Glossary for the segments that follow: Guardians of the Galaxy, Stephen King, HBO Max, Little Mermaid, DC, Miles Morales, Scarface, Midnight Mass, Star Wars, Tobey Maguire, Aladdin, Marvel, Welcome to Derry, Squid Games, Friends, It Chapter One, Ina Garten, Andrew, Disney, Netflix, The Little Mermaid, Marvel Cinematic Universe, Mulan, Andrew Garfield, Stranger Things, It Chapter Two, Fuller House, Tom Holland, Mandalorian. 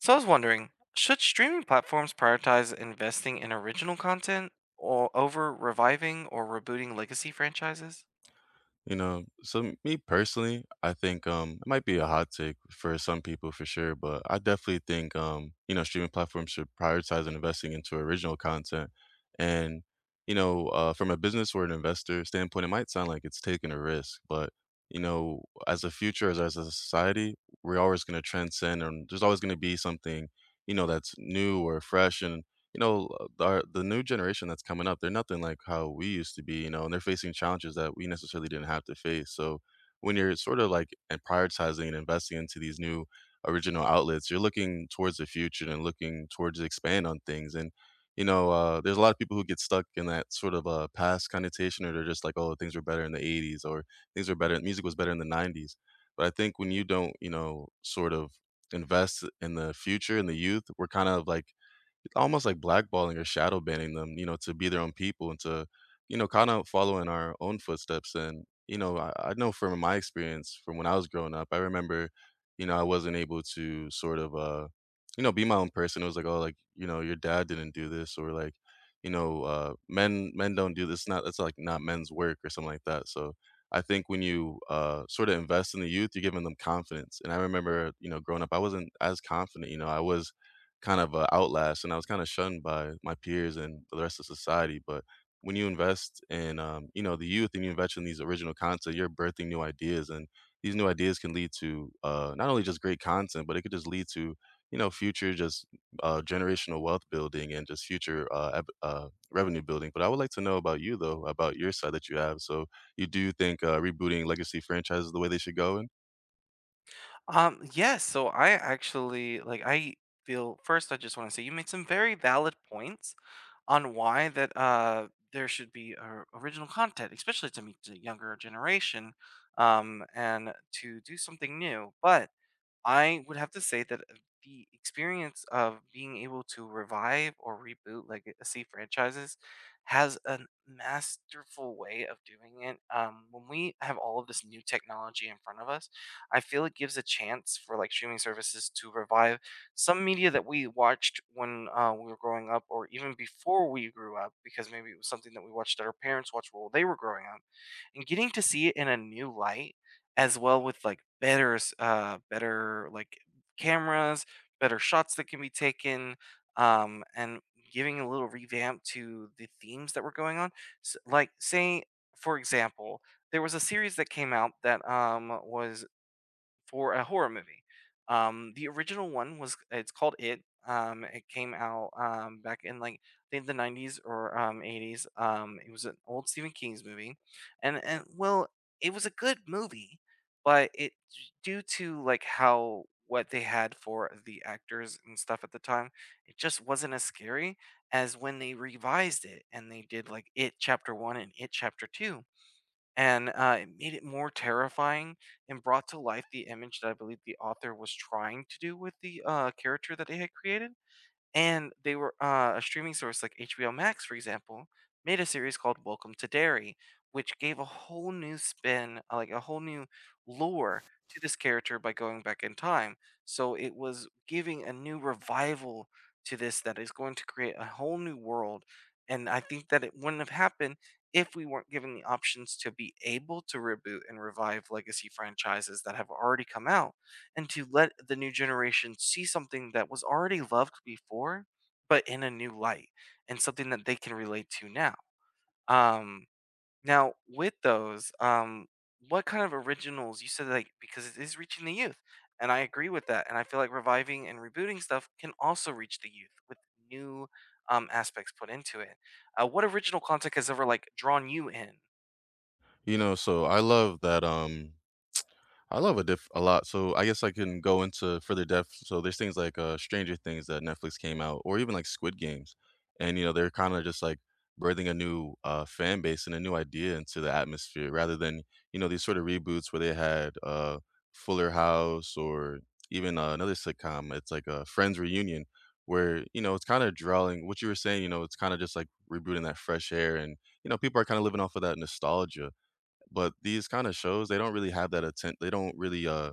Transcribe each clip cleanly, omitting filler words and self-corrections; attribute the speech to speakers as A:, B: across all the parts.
A: So I was wondering, should streaming platforms prioritize investing in original content or over reviving or rebooting legacy franchises?
B: So me personally, I think it might be a hot take for some people for sure, but I definitely think streaming platforms should prioritize and investing into original content. And, from a business or an investor standpoint, it might sound like it's taking a risk, but as a future, as a society, we're always gonna transcend and there's always gonna be something, that's new or fresh. You know, our, the new generation that's coming up, they're nothing like how we used to be, you know, and they're facing challenges that we necessarily didn't have to face. So when you're sort of like and prioritizing and investing into these new original outlets, you're looking towards the future and looking towards to expand on things. There's a lot of people who get stuck in that sort of past connotation, or they're just like, oh, things were better in the '80s, or things were better, music was better in the '90s. But I think when you don't, you know, sort of invest in the future and the youth, we're kind of like almost like blackballing or shadow banning them, you know, to be their own people and to kind of follow in our own footsteps. And I know from my experience from when I was growing up, I remember, you know, I wasn't able to sort of, be my own person. It was like, oh, like, you know, your dad didn't do this or like, men don't do this. Not, that's like not men's work or something like that. So I think when you, sort of invest in the youth, you're giving them confidence. And I remember, you know, growing up, I wasn't as confident, you know, I was, kind of a outlast, and I was kind of shunned by my peers and the rest of society. But when you invest in, you know, the youth and you invest in these original content, you're birthing new ideas, and these new ideas can lead to not only just great content, but it could just lead to, future just generational wealth building and just future revenue building. But I would like to know about you though, about your side that you have. So you do think rebooting legacy franchises is the way they should go? And
A: Yes, so I actually like I feel first I just want to say you made some very valid points on why that there should be original content, especially to meet the younger generation, and to do something new. But I would have to say that the experience of being able to revive or reboot legacy franchises has a masterful way of doing it. When we have all of this new technology in front of us, I feel it gives a chance for like streaming services to revive some media that we watched when we were growing up or even before we grew up, because maybe it was something that we watched that our parents watched while they were growing up and getting to see it in a new light as well with like better like cameras, better shots that can be taken and giving a little revamp to the themes that were going on. S like say for example, there was a series that came out that was for a horror movie. The original one was it's called It. It came out back in like I think the 90s or 80s. It was an old Stephen King's movie, and well, it was a good movie, but it due to like how what they had for the actors and stuff at the time, it just wasn't as scary as when they revised it and they did like It Chapter One and It Chapter Two and it made it more terrifying and brought to life the image that I believe the author was trying to do with the character that they had created. And they were a streaming source like HBO Max, for example, made a series called Welcome to Derry, which gave a whole new spin, like a whole new lore to this character by going back in time. So it was giving a new revival to this that is going to create a whole new world. And I think that it wouldn't have happened if we weren't given the options to be able to reboot and revive legacy franchises that have already come out and to let the new generation see something that was already loved before, but in a new light and something that they can relate to now. Um, now, with those, what kind of originals you said like, because it is reaching the youth, and I agree with that, and I feel like reviving and rebooting stuff can also reach the youth with new aspects put into it. What original content has ever like drawn you in?
B: you know, so I love that. I love a diff a lot. So I guess I can go into further depth. So there's things like Stranger Things that Netflix came out, or even like Squid Games, and you know they're kind of just like birthing a new fan base and a new idea into the atmosphere, rather than you know these sort of reboots where they had Fuller House or even another sitcom. It's like a Friends reunion, where you know it's kind of drawing what you were saying. You know, it's kind of just like rebooting that fresh air, and you know people are kind of living off of that nostalgia. But these kind of shows, they don't really,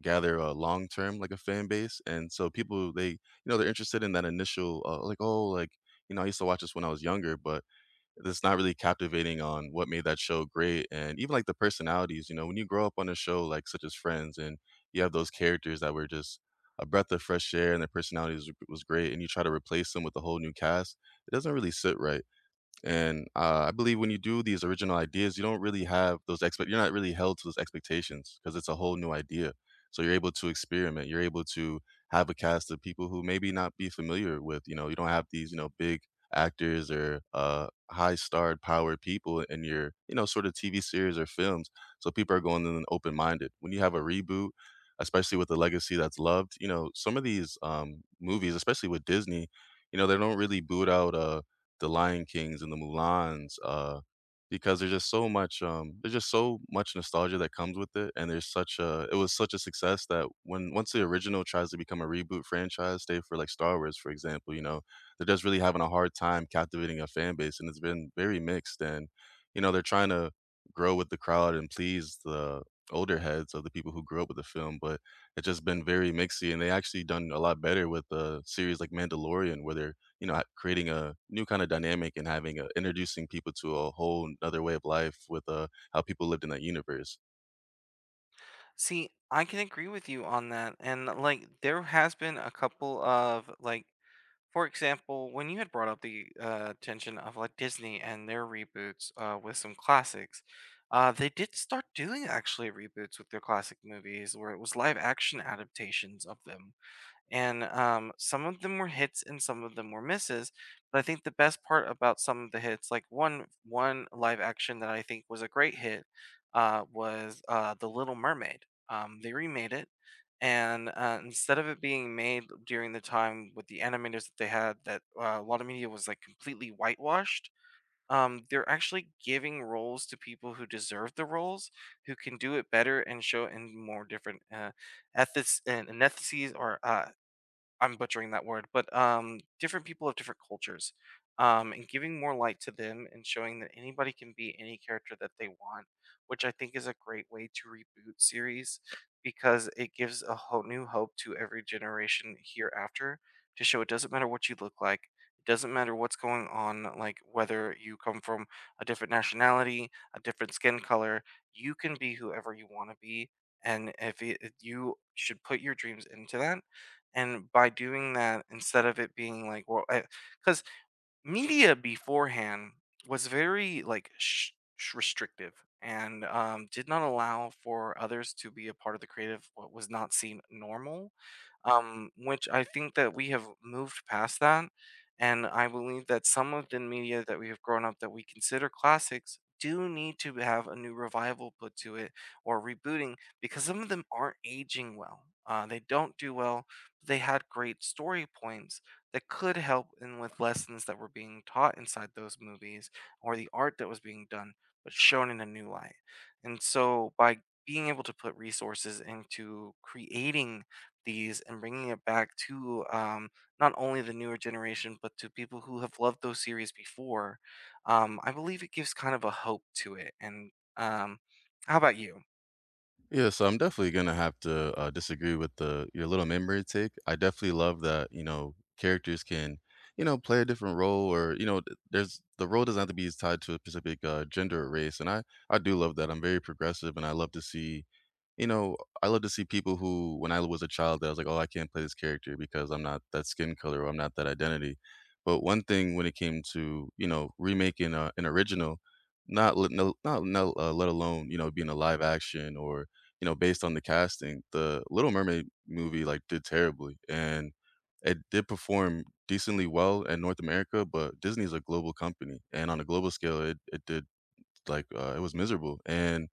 B: gather a long term, like, a fan base, and so people, they're interested in that initial, like, "Oh, like, you know, I used to watch this when I was younger," but it's not really captivating on what made that show great, and even, like, the personalities, you know, when you grow up on a show, like, such as Friends, and you have those characters that were just a breath of fresh air and their personalities was great, and you try to replace them with a whole new cast, it doesn't really sit right. And I believe when you do these original ideas, you don't really have those expect. You're not really held to those expectations because it's a whole new idea. So you're able to experiment. You're able to have a cast of people who maybe not be familiar with. You know, you don't have these you know big actors or high starred powered people in your you know sort of TV series or films. So people are going in open minded. When you have a reboot, especially with a legacy that's loved, you know, some of these movies, especially with Disney, you know, they don't really boot out. The Lion Kings and the Mulans, because there's just so much nostalgia that comes with it, and there's such a it was such a success that when once the original tries to become a reboot franchise, say for like Star Wars, for example, you know, they're just really having a hard time captivating a fan base, and it's been very mixed, and you know, they're trying to grow with the crowd and please the older heads of the people who grew up with the film, but it's just been very mixy, and they actually done a lot better with a series like Mandalorian, where they're you know, ha creating a new kind of dynamic and having a introducing people to a whole another way of life with, how people lived in that universe.
A: See, I can agree with you on that, and like there has been a couple of like, for example, when you had brought up the attention of like Disney and their reboots with some classics, they did start doing actually reboots with their classic movies where it was live action adaptations of them and some of them were hits and some of them were misses. But I think the best part about some of the hits, like one live action that I think was a great hit, was The Little Mermaid. They remade it, and instead of it being made during the time with the animators that they had, that a lot of media was like completely whitewashed. They're actually giving roles to people who deserve the roles, who can do it better and show it in more different ethics and ethnicities or I'm butchering that word, but different people of different cultures, and giving more light to them and showing that anybody can be any character that they want, which I think is a great way to reboot series because it gives a whole new hope to every generation hereafter to show it doesn't matter what you look like. It doesn't matter what's going on, like whether you come from a different nationality, a different skin color, you can be whoever you want to be. And if it, you should put your dreams into that, and by doing that, instead of it being like, well, because media beforehand was very restrictive and did not allow for others to be a part of the creative, what was not seen normal, which I think that we have moved past that. And I believe that some of the media that we have grown up that we consider classics do need to have a new revival put to it or rebooting, because some of them aren't aging well. They don't do well. They had great story points that could help in with lessons that were being taught inside those movies or the art that was being done, but shown in a new light. And so by being able to put resources into creating these and bringing it back to not only the newer generation, but to people who have loved those series before, I believe it gives kind of a hope to it. And um, how about you?
B: Yeah, so I'm definitely gonna have to, disagree with the your little memory take. I definitely love that, you know, characters can, you know, play a different role or, you know, th there's the role doesn't have to be tied to a specific, gender or race, and I do love that. I'm very progressive, and I love to see. You know, I love to see people who, when I was a child, I was like, "Oh, I can't play this character because I'm not that skin color or I'm not that identity." But one thing when it came to, you know, remaking a an original, not let no not no, let alone, you know, being a live action or, you know, based on the casting, the Little Mermaid movie, like, did terribly, and it did perform decently well in North America, but Disney is a global company, and on a global scale, it did, like, it was miserable, and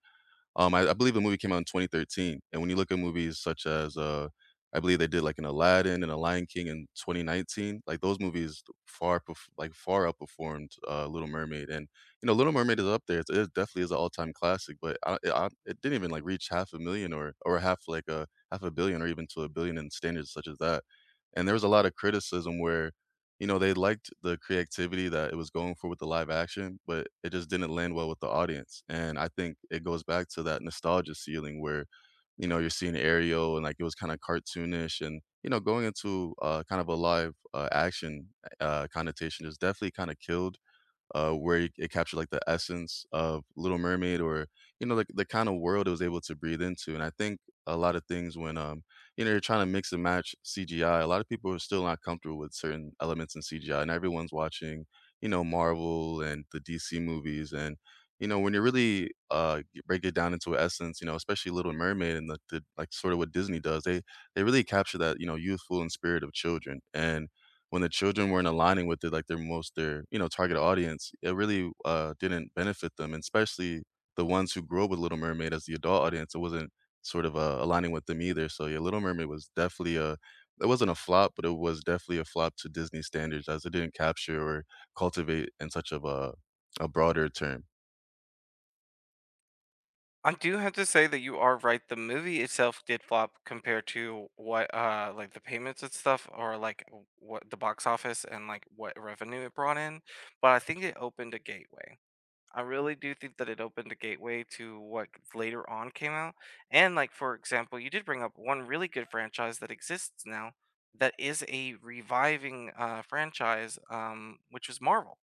B: I believe the movie came out in 2013, and when you look at movies such as, I believe they did like an Aladdin and a Lion King in 2019, like those movies like far outperformed Little Mermaid, and you know Little Mermaid is up there. It definitely is an all time classic, but it didn't even like reach half a million or half like a half a billion or even to a billion in standards such as that. And there was a lot of criticism where you know, they liked the creativity that it was going for with the live action, but it just didn't land well with the audience, and I think it goes back to that nostalgia ceiling where, you know, you're seeing Ariel and, like, it was kinda cartoonish and, you know, going into, kind of a live, action, connotation is definitely kinda killed where it captured like the essence of Little Mermaid or, you know, like the kind of world it was able to breathe into. And I think a lot of things when, you know, you're trying to mix and match CGI, a lot of people are still not comfortable with certain elements in CGI and everyone's watching, you know, Marvel and the DC movies. And, you know, when you really break it down into essence, you know, especially Little Mermaid and the like sort of what Disney does, they really capture that, you know, youthful and spirit of children. And when the children weren't aligning with it, like you know, target audience, it really didn't benefit them, and especially the ones who grew up with Little Mermaid as the adult audience. It wasn't sort of aligning with them either. So yeah, Little Mermaid was definitely a it wasn't a flop, but it was definitely a flop to Disney standards as it didn't capture or cultivate in such of a broader term.
A: I do have to say that you are right. The movie itself did flop compared to what, like the payments and stuff, or like what the box office and like what revenue it brought in. But I think it opened a gateway. I really do think that it opened a gateway to what later on came out. And like for example, you did bring up one really good franchise that exists now that is a reviving franchise, which was Marvel.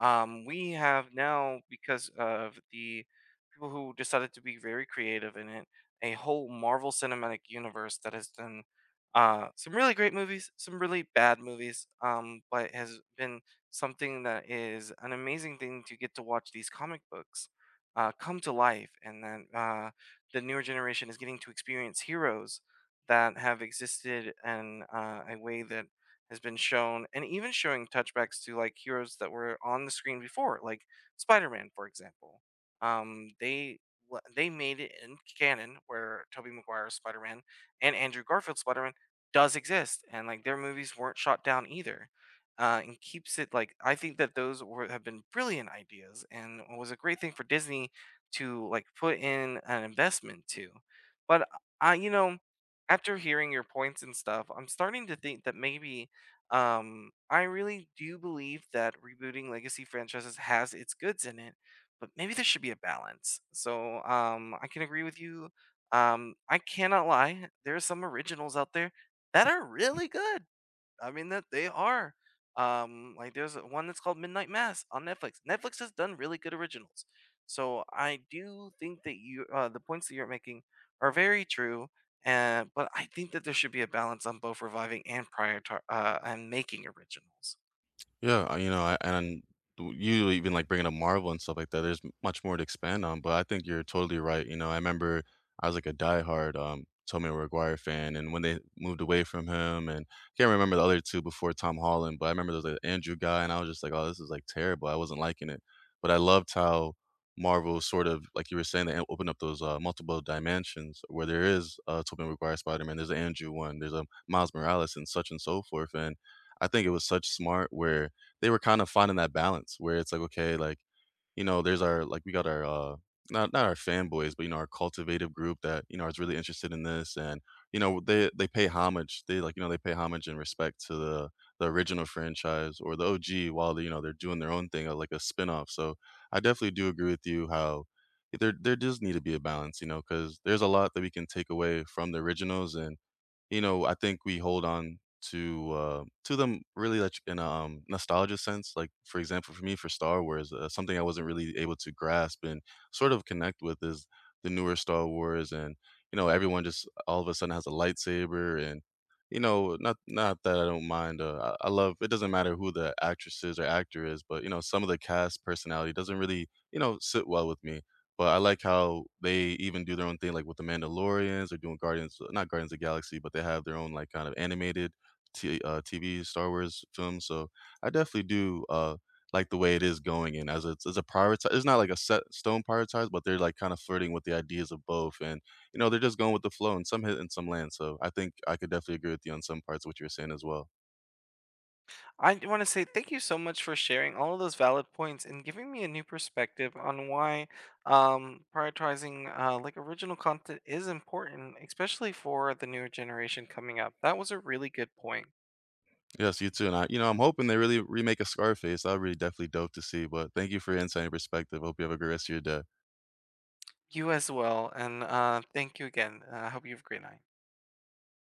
A: We have now, because of the people who decided to be very creative in it, a whole Marvel Cinematic Universe that has done some really great movies, some really bad movies, but has been something that is an amazing thing to get to watch these comic books come to life, and that the newer generation is getting to experience heroes that have existed in a way that has been shown, and even showing touchbacks to like heroes that were on the screen before, like Spider-Man for example. um they they made it in canon where Tobey Maguire's Spider-Man and Andrew Garfield's Spider-Man does exist, and like their movies weren't shot down either, and keeps it. Like I think that those were have been brilliant ideas and was a great thing for Disney to like put in an investment to. But I, you know, after hearing your points and stuff, I'm starting to think that maybe I really do believe that rebooting legacy franchises has its goods in it, but maybe there should be a balance. So I can agree with you. I cannot lie. There are some originals out there that are really good. I mean that they are. Like there's one that's called Midnight Mass on Netflix. Netflix has done really good originals, so I do think that you the points that you're making are very true. And but I think that there should be a balance on both reviving and prior and making originals.
B: Yeah, I- you know, I, and You even like bringing up Marvel and stuff like that. Much more to expand on, but I think you're totally right. You know, I remember I was like a diehard Tobey Maguire fan, and when they moved away from him, and can't remember the other two before Tom Holland, but I remember there was an Andrew guy, and I was just like, oh, this is like terrible. I wasn't liking it, but I loved how Marvel sort of, like you were saying, they opened up those multiple dimensions where there is Tobey Maguire Spider Man, there's an Andrew one, there's a Miles Morales, and such and so forth, and I think it was such smart where they were kind of finding that balance where it's like, okay, like, you know, there's our like we got our not not our fanboys, but you know, our cultivative group that, you know, is really interested in this and you know, they pay homage. They like, you know, they pay homage and respect to the original franchise or the OG while they, you know, they're doing their own thing like a spin-off. So I definitely do agree with you how there does need to be a balance, you know, because there's a lot that we can take away from the originals and you know, I think we hold on to to them really like in a nostalgia sense. Like for example, for me, for Star Wars, something I wasn't really able to grasp and sort of connect with is the newer Star Wars, and you know, everyone just all of a sudden has a lightsaber, and you know, not that I don't mind. I love it. Doesn't matter who the actress is or actor is, but you know, some of the cast personality doesn't really you know sit well with me. But I like how they even do their own thing, like with the Mandalorians or doing Guardians, not Guardians of the Galaxy, but they have their own like kind of animated TV Star Wars films. So I definitely do like the way it is going, and as a prioritize, it's not like a set stone prioritize, but they're like kind of flirting with the ideas of both, and you know they're just going with the flow, and some hit and some land. So I think I could definitely agree with you on some parts of what you're saying as well.
A: I want to say thank you so much for sharing all of those valid points and giving me a new perspective on why prioritizing like original content is important, especially for the newer generation coming up. That was a really good point.
B: Yes, you too. And I, you know, I'm hoping they really remake a Scarface. That would be definitely dope to see. But thank you for your insight and perspective. Hope you have a great rest of your day.
A: You as well, and thank you again. I hope you have a great night.